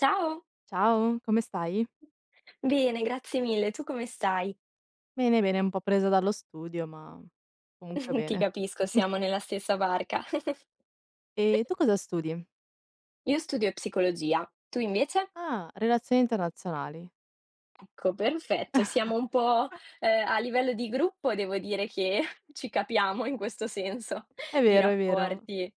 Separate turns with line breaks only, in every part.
Ciao,
Ciao, come stai?
bene, grazie mille. Tu come stai?
Bene, bene, un po' presa dallo studio, ma comunque
Ti
bene.
capisco, siamo nella stessa barca.
E tu cosa studi?
Io studio psicologia, tu invece?
Ah, relazioni internazionali.
Ecco, perfetto, siamo un po', a livello di gruppo devo dire che ci capiamo in questo senso
È
di
vero, è vero.
rapporti.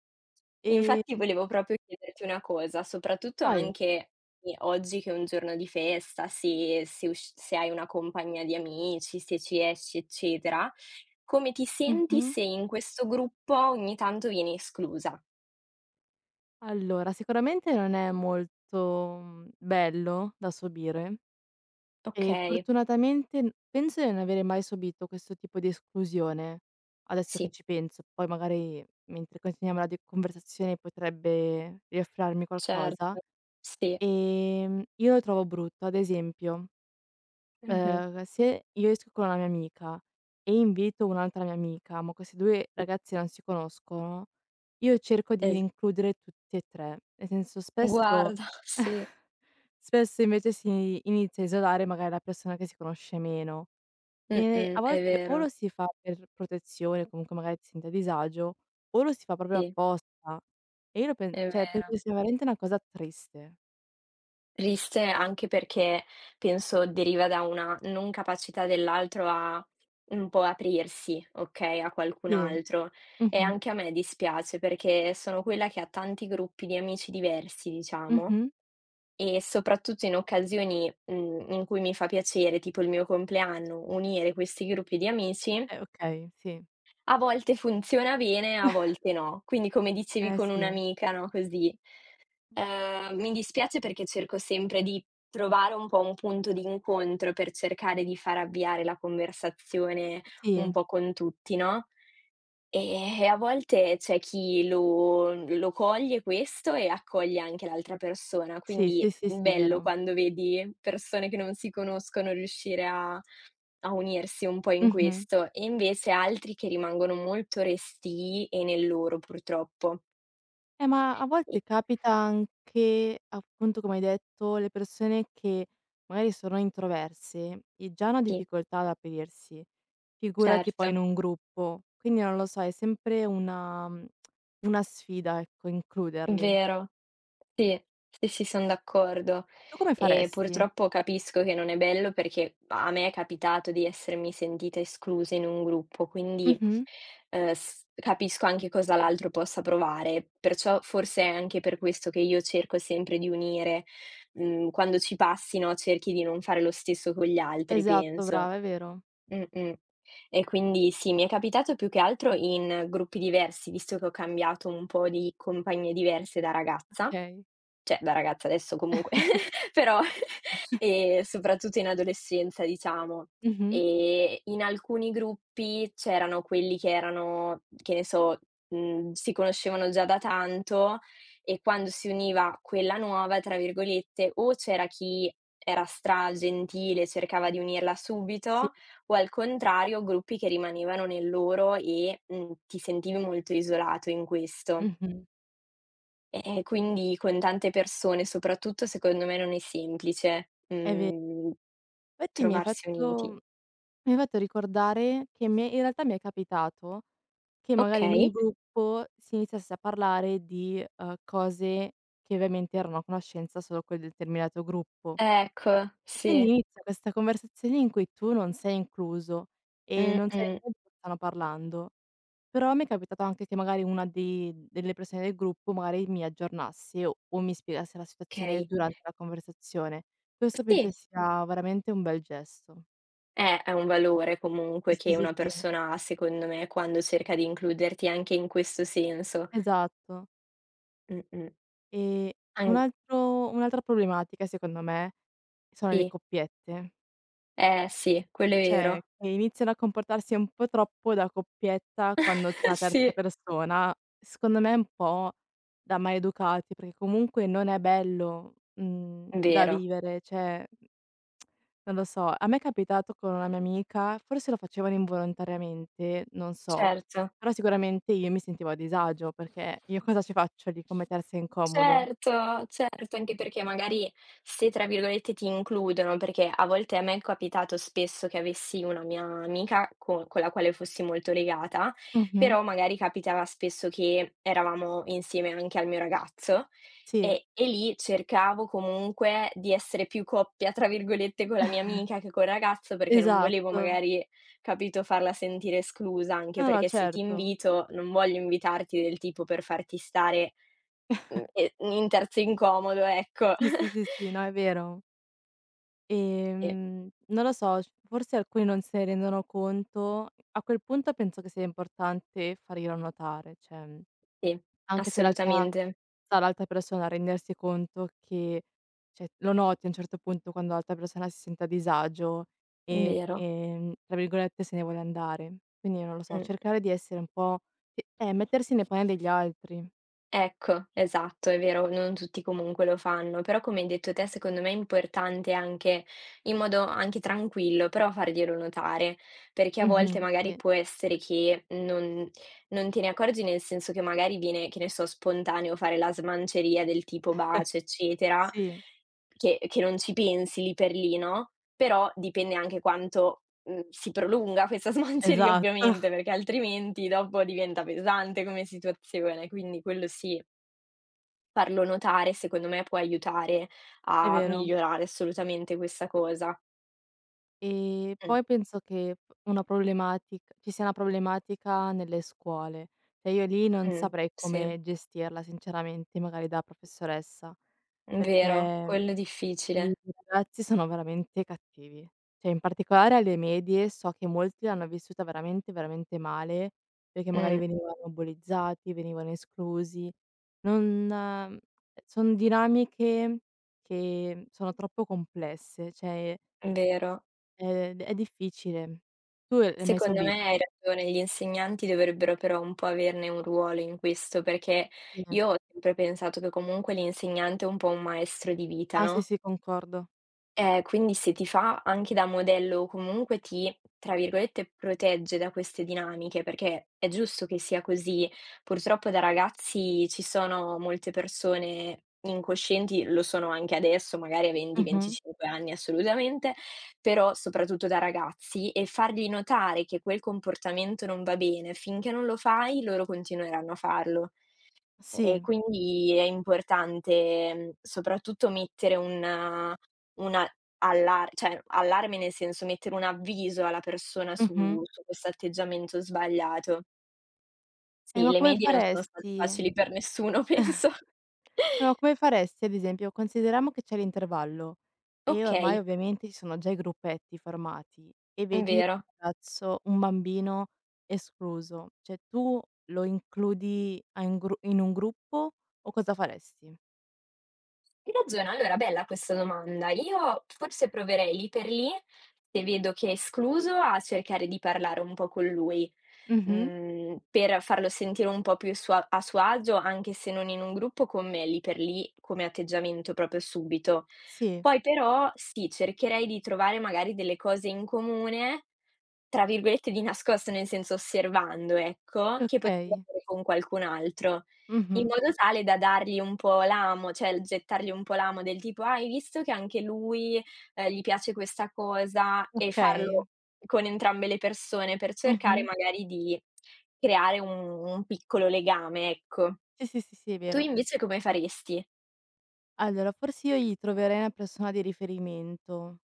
E
Infatti volevo proprio chiederti una cosa, soprattutto
vai.
anche i oggi che è un giorno di festa, se hai una compagnia di amici, se ci esci, eccetera, come ti senti
Mh-mh.
se in questo gruppo ogni tanto vieni esclusa?
Allora, sicuramente non è molto, bello da subire e
Okay,
fortunatamente n penso di non avere mai subito questo tipo di esclusione, adesso che
sì,
ci penso. Poi magari mentre continuiamo la di conversazione potrebbe riaffiorarmi qualcosa.
certo, sì,
Io lo trovo brutto. Ad esempio,
mh-mh,
se io esco con una mia amica e invito un'altra mia amica, ma queste 2
sì,
ragazze non si conoscono, io cerco di
es
includere tutti e 3. Nel senso spesso
guarda, sì,
spesso invece si inizia a isolare magari la persona che si conosce meno e a
mh-mh, è
volte o
vero,
lo si fa per protezione, comunque magari ti senti a disagio, o lo si fa proprio
sì,
apposta. E io lo pen
è
cioè penso
vero.
che sia veramente una cosa triste.
Triste anche perché penso deriva da una non capacità dell'altro a un po' aprirsi, okay, a qualcun
Sì.
altro. E
Mh-mh.
anche a me dispiace perché sono quella che ha tanti gruppi di amici diversi, diciamo,
Mh-mh.
e soprattutto in occasioni, in cui mi fa piacere, tipo il mio compleanno, unire questi gruppi di amici,
Okay, sì.
a volte funziona bene, a volte no. Quindi come dicevi con
Sì.
un'amica, no, così. Mi dispiace perché cerco sempre di trovare un po' un punto di incontro per cercare di far avviare la conversazione un
Sì.
po' con tutti, no, e a volte c'è chi lo coglie questo e accoglie anche l'altra persona,
Sì,
quindi
sì, sì, sì,
bello
vero.
quando vedi persone che non si conoscono riuscire a unirsi un po' in
Mh-mh.
questo, e invece altri che rimangono molto restii e nel loro purtroppo.
Ma a
E
volte capita anche, appunto, come hai detto, le persone che magari sono introverse e già hanno
sì,
difficoltà ad aprirsi, figurati poi
certo.
in un gruppo. Quindi non lo so, è sempre una sfida, ecco, includerli.
Vero, sì, sì, sì, son d'accordo.
Tu come
E
faresti?
purtroppo capisco che non è bello perché a me è capitato di essermi sentita esclusa in un gruppo, quindi,
Mh-mh.
s capisco anche cosa l'altro possa provare. Perciò forse è anche per questo che io cerco sempre di unire, quando ci passi, no, cerchi di non fare lo stesso con gli altri,
Esatto,
penso.
brava, è vero.
Mh-mh. E quindi sì, mi è capitato più che altro in gruppi diversi, visto che ho cambiato un po' di compagnie diverse da ragazza,
Okay.
cioè, da ragazza adesso comunque, però soprattutto in adolescenza diciamo.
Mh-mh.
In alcuni gruppi c'erano quelli che erano, che ne so, si conoscevano già da tanto e quando si univa quella "nuova" tra virgolette, o c'era chi era stragentile, cercava di unirla
Sì.
subito, o al contrario gruppi che rimanevano nel loro e, ti sentivi molto isolato in questo.
Mh-mh.
Quindi con tante persone soprattutto, secondo me non è semplice,
È ve Infatti mi hai
trovarsi uniti.
fatto ricordare che mi è in realtà mi è capitato che magari in un
Okay,
gruppo si iniziasse a parlare di, cose che ovviamente erano a conoscenza solo quel determinato gruppo.
ecco,
E quindi
sì.
inizia questa conversazione in cui tu non sei incluso e non sai
Mh-mh,
neanche di cosa stanno parlando. Però mi è capitato anche che magari una di delle persone del gruppo magari mi aggiornasse o mi spiegasse la situazione
okay.
durante la conversazione. Questo penso
Sì,
sia veramente un bel gesto.
è un valore comunque
Sì, sì,
che una
sì, sì,
persona ha, secondo me, quando cerca di includerti anche in questo senso.
esatto.
Mh-mh.
Ehm,
An
un'altra problematica secondo me sono le
sì,
coppiette,
eh sì, quello è
cioè
vero.
che iniziano a comportarsi un po' troppo da coppietta quando c'è una terza
Sì,
persona, secondo me è un po' da maleducati, perché comunque non è bello, da
vero,
vivere, cioè. Non lo so, a me è capitato con una mia amica, forse lo facevano involontariamente, non so,
certo.
però sicuramente io mi sentivo a disagio perché io cosa ci faccio lì come terza incomodo?
Certo, certo, anche perché magari se, tra virgolette, "ti includono", perché a volte a me è capitato spesso che avessi una mia amica co con la quale fossi molto legata,
Mh-mh.
però magari capitava spesso che eravamo insieme anche al mio ragazzo
Sì,
e lì cercavo comunque di essere più "coppia", tra virgolette, con la mia amica che col ragazzo, perché non volevo
esatto.
magari, capito, farla sentire esclusa, anche
No, no,
perché se ti
certo.
invito non voglio invitarti del tipo per farti stare, e in terzo incomodo, ecco.
Sì, sì, sì, sì, no, è vero.
Sì,
Non lo so, c forse alcuni non se ne rendono conto. A quel punto penso che sia importante farglielo notare, cioè
sì,
anche se in realtà
assolutamente,
sta l'altra persona a rendersi conto che cioè, lo noti a un certo punto quando l'altra persona si sente a disagio e,
vero.
tra virgolette, "se ne vuole andare". Quindi non lo so,
Mh.
cercare di essere un po' mettersi nei panni degli altri.
Ecco, esatto, è vero, non tutti comunque lo fanno, però come hai detto te, secondo me è importante anche in modo anche tranquillo, però farglielo notare, perché a volte
Mh-mh, sì,
magari può essere che non te ne accorgi, nel senso che magari viene, che ne so, spontaneo fare la smanceria del tipo bacio, eccetera,
sì,
che non ci pensi lì per lì, no? Però dipende anche quanto si prolunga questa smanceria
esatto,
ovviamente, perché altrimenti dopo diventa pesante come situazione, quindi quello sì, farlo notare secondo me può aiutare
è
a
vero.
migliorare assolutamente questa cosa.
E
Mh,
poi penso che f una problematic ci sia una problematica nelle scuole. Cioè io lì non
mh,
saprei
sì,
come gestirla sinceramente, magari da professoressa,
vero,
perché
quello è
i
difficile.
ragazzi sono veramente cattivi. Cioè in particolare alle medie so che molti l'hanno vissuta veramente, veramente male, perché magari
Mh,
venivano bullizzati, venivano esclusi. Non son dinamiche che sono troppo complesse, cioè.
vero.
È difficile. Tu hai mai
Secondo
subito?
me hai ragione, gli insegnanti dovrebbero però un po' averne un ruolo in questo, perché
Sì.
io ho sempre pensato che comunque l'insegnante è un po' un maestro di vita,
Ah, sì,
no?
sì, concordo.
Quindi se ti fa anche da modello o comunque ti, tra virgolette, "protegge" da queste dinamiche, perché è giusto che sia così. Purtroppo da ragazzi ci sono molte persone incoscienti, lo sono anche adesso, magari a 20,
Mh-mh.
25 anni assolutamente, però soprattutto da ragazzi, e fargli notare che quel comportamento non va bene, finché non lo fai loro continueranno a farlo. E
Sì.
quindi è importante, soprattutto mettere un una allar cioè allarme nel senso, mettere un avviso alla persona
Mh-mh.
su questo atteggiamento sbagliato.
Eh,
Sì,
ma
le
come
medie non sono state
faresti
facili per nessuno penso.
eh, ma come faresti ad esempio, consideriamo che c'è l'intervallo e ormai
Okay,
ovviamente ci sono già i gruppetti formati e vedi un
vero.
ragazzo un bambino escluso, cioè tu lo includi a in gru in un gruppo o cosa faresti?
Hai ragione, allora bella questa domanda. Io forse proverei lì per lì, se vedo che è escluso, a cercare di parlare un po' con lui.
Mh-mh.
Per farlo sentire un po' più sua a suo agio, anche se non in un gruppo con me lì per lì, come atteggiamento proprio subito.
Sì,
Poi però sì, cercherei di trovare magari delle cose in comune, tra virgolette "di nascosto", nel senso osservando, ecco, che potrebbe
okay.
avere con qualcun altro, in
Mh-mh.
modo tale da dargli un po' l'amo, cioè l gettargli un po' l'amo del tipo: "Ah, hai visto che anche lui, gli piace questa cosa?" E
Okay.
farlo con entrambe le persone, per cercare
Mh-mh.
magari di creare un piccolo legame, ecco.
Sì, sì, sì, sì, è
Tu
vero.
invece come faresti?
Allora, forse io gli troverei una persona di riferimento.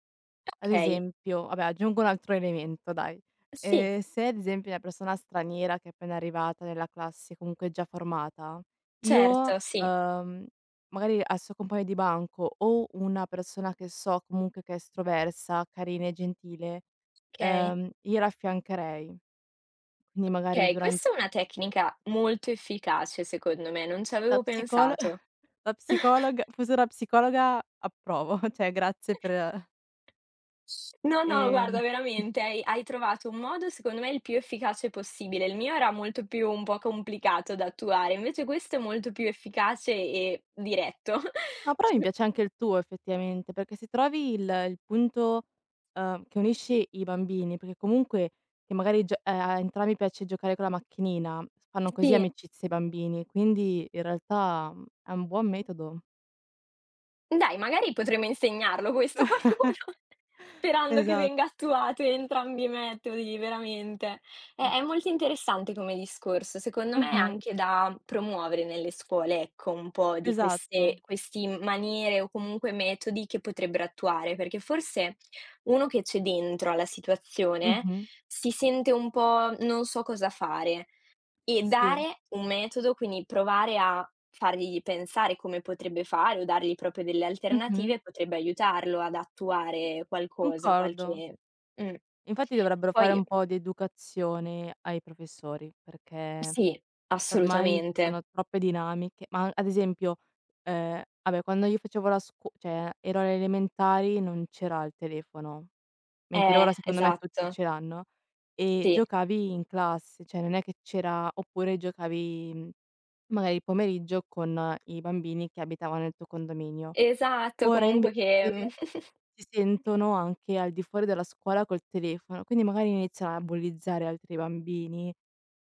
Ad
Okay,
esempio vabbè, aggiungo un altro elemento dai.
sì,
Se ad esempio è una persona straniera che è appena arrivata nella classe, comunque già formata, io,
certo, sì,
magari al suo compagno di banco o una persona che so comunque che è estroversa, carina e gentile,
okay.
gliela affiancherei. Quindi magari
Okay,
duran
questa è una tecnica molto efficace secondo me, non ci
Da
avevo
psicolo
pensato.
Da psicologa, fosse una psicologa approvo, cioè grazie per
No, no,
ehm,
guarda veramente hai trovato un modo secondo me il più efficace possibile. Il mio era molto più un po' complicato da attuare, invece questo è molto più efficace e diretto.
no, però mi piace anche il tuo effettivamente, perché se trovi il punto, che unisce i bambini, perché comunque che magari gio a entrambi piace giocare con la macchinina, fanno così
Sì.
amicizia i bambini, quindi in realtà, è un buon metodo.
Dai, magari potremmo insegnarlo questo a qualcuno, sperando che
Esatto,
venga attuato entrambi i metodi, veramente. È
sì.
è molto interessante come discorso, secondo me è
Mh-mh,
anche da promuovere nelle scuole, ecco, un po' di queste
esatto.
questi maniere o comunque metodi che potrebbero attuare, perché forse uno che c'è dentro alla situazione
Mh-mh,
si sente un po' non so cosa fare. E
sì,
dare un metodo, quindi provare a fargli pensare come potrebbe fare o dargli proprio delle
mh-mh,
alternative, potrebbe aiutarlo ad attuare qualcosa,
concordo.
qualche mh.
Infatti dovrebbero fare
Poi
un po' di educazione ai professori, perché
sì,
ormai ci
assolutamente.
sono troppe dinamiche, ma ad esempio, vabbè quando io facevo la scuo cioè ero alle elementari non c'era il telefono, mentre ora secondo me tutti
Esatto,
ce l'hanno, e
sì.
giocavi in classe, cioè non è che c'era oppure giocavi, magari il pomeriggio con i bambini che abitavano nel tuo condominio.
Esatto,
Ora
comunque
invece
che
si sentono anche al di fuori della scuola col telefono, quindi magari iniziano a bullizzare altri bambini,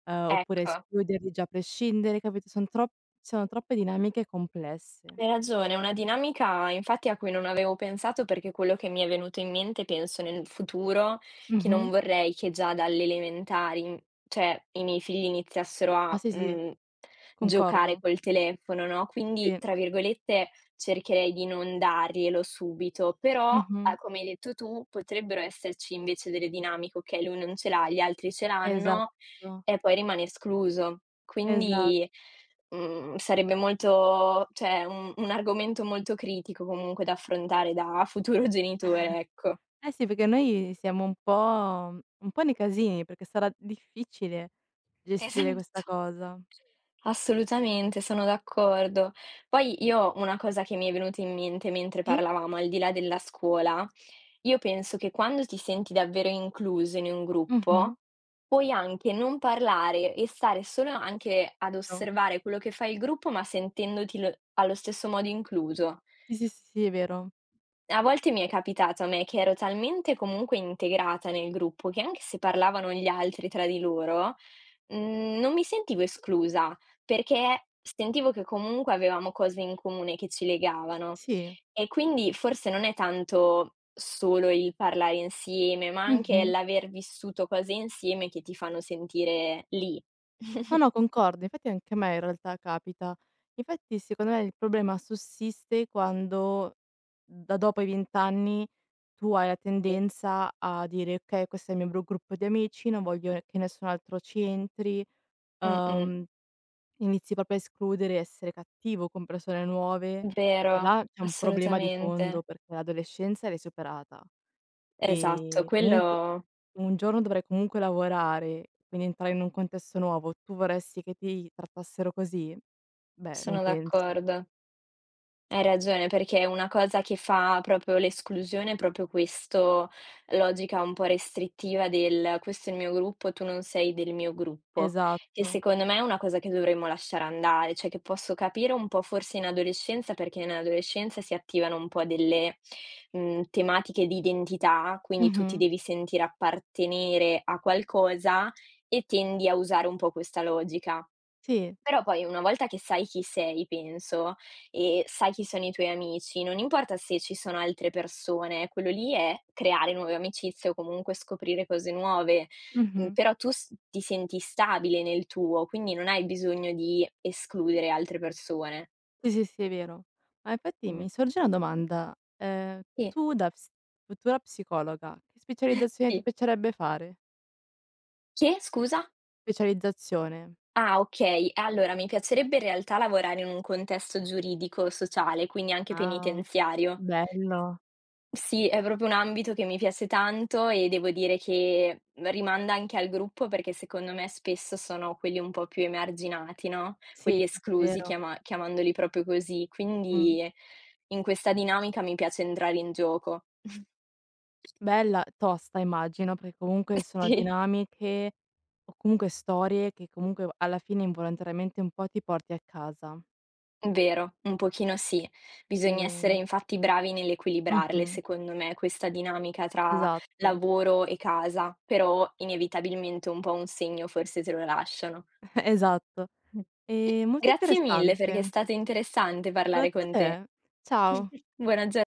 oppure
ecco.
escluderli già a prescindere, capito, son trop ci sono troppe dinamiche complesse.
Hai ragione, è una dinamica infatti a cui non avevo pensato perché quello che mi è venuto in mente penso nel futuro, che non
Mh-mh.
vorrei che già dalle elementari, cioè i miei figli iniziassero
Ah
a,
sì, sì,
giocare
concordo.
col telefono, no, quindi
Sì.
tra virgolette cercherei di non darglielo subito, però,
Mh-mh.
come hai detto tu, potrebbero esserci invece delle dinamiche, okay, lui non ce l'ha, gli altri ce l'hanno
Esatto,
e poi rimane escluso.
esa
Quindi sarebbe molto cioè un argomento molto critico comunque da affrontare da futuro genitore, ecco.
eh sì, perché noi siamo un po' nei casini, perché sarà difficile gestire
Esatto,
questa cosa.
assolutamente, sono d'accordo. Poi io una cosa che mi è venuta in mente mentre
Sì.
parlavamo, al di là della scuola, io penso che quando ti senti davvero incluso in un
Mh-mh.
gruppo, puoi anche non parlare e stare solo
Sì,
anche ad
vero.
osservare quello che fa il gruppo, ma sentendoti lo allo stesso modo incluso.
Sì, sì, sì, sì, è vero.
A volte mi è capitato a me che ero talmente comunque integrata nel gruppo che anche se parlavano gli altri tra di loro, non mi sentivo esclusa, perché sentivo che comunque avevamo cose in comune che ci legavano.
Sì.
E quindi forse non è tanto solo il parlare insieme, ma anche
Mh-mh.
l'aver vissuto cose insieme che ti fanno sentire lì.
No, no, concordo. Infatti anche a me in realtà capita. Infatti secondo me il problema sussiste quando da dopo i 20 anni tu hai la tendenza a dire: "Okay, questo è il mio bru gruppo di amici, non voglio che nessun altro ci entri",
Mh-mh,
uhm, inizi proprio a escludere, essere cattivo con persone nuove. Cioè
vero,
là c'è un problema di fondo
assolutamente.
perché l'adolescenza l'hai superata.
Esatto,
Comunque
quello
un giorno dovrai comunque lavorare, quindi entrare in un contesto nuovo, tu vorresti che ti trattassero così? Beh, non
sono
penso.
d'accordo. Hai ragione, perché è una cosa che fa proprio l'esclusione, è proprio questo logica un po' restrittiva del: "Questo è il mio gruppo, tu non sei del mio gruppo", che
Esatto.
secondo me è una cosa che dovremmo lasciare andare, cioè che posso capire un po' forse in adolescenza, perché in adolescenza si attivano un po' delle, tematiche di identità, quindi tu ti
Mh-mh.
devi sentire appartenere a qualcosa e tendi a usare un po' questa logica.
Sì.
Però poi una volta che sai chi sei, penso, e sai chi sono i tuoi amici, non importa se ci sono altre persone, quello lì è creare nuove amicizie o comunque scoprire cose nuove,
Mh-mh.
però tu s ti senti stabile nel tuo, quindi non hai bisogno di escludere altre persone.
Sì, sì, sì, è vero. Ma infatti
Mh.
mi sorge una domanda:
Sì,
tu da ps futura psicologa, che specializzazione ti
sì.
piacerebbe fare?
Che scusa?
Specializzazione.
Ah okay, allora mi piacerebbe in realtà lavorare in un contesto giuridico, sociale, quindi anche
Ah,
penitenziario.
bello.
Sì, è proprio un ambito che mi piace tanto e devo dire che rimanda anche al gruppo perché secondo me spesso sono quelli un po' più emarginati, no,
Sì,
quelli
sì, sì, è
esclusi,
vero.
chiamandoli proprio così.
Mh.
Quindi in questa dinamica mi piace entrare in gioco.
Bella, tosta immagino, perché comunque sono
Sì,
dinamiche o comunque storie che comunque alla fine involontariamente un po' ti porti a casa.
vero, un pochino sì. Bisogna essere
Ehm
infatti bravi nell'equilibrarle,
mh-mh,
secondo me, questa dinamica tra
esatto,
lavoro e casa, però inevitabilmente un po' un segno forse te lo lasciano.
esatto.
Mh.
Molto
Grazie mille perché è
interessante.
stato interessante parlare
Grazie a
con te.
te. Ciao.
Buona gio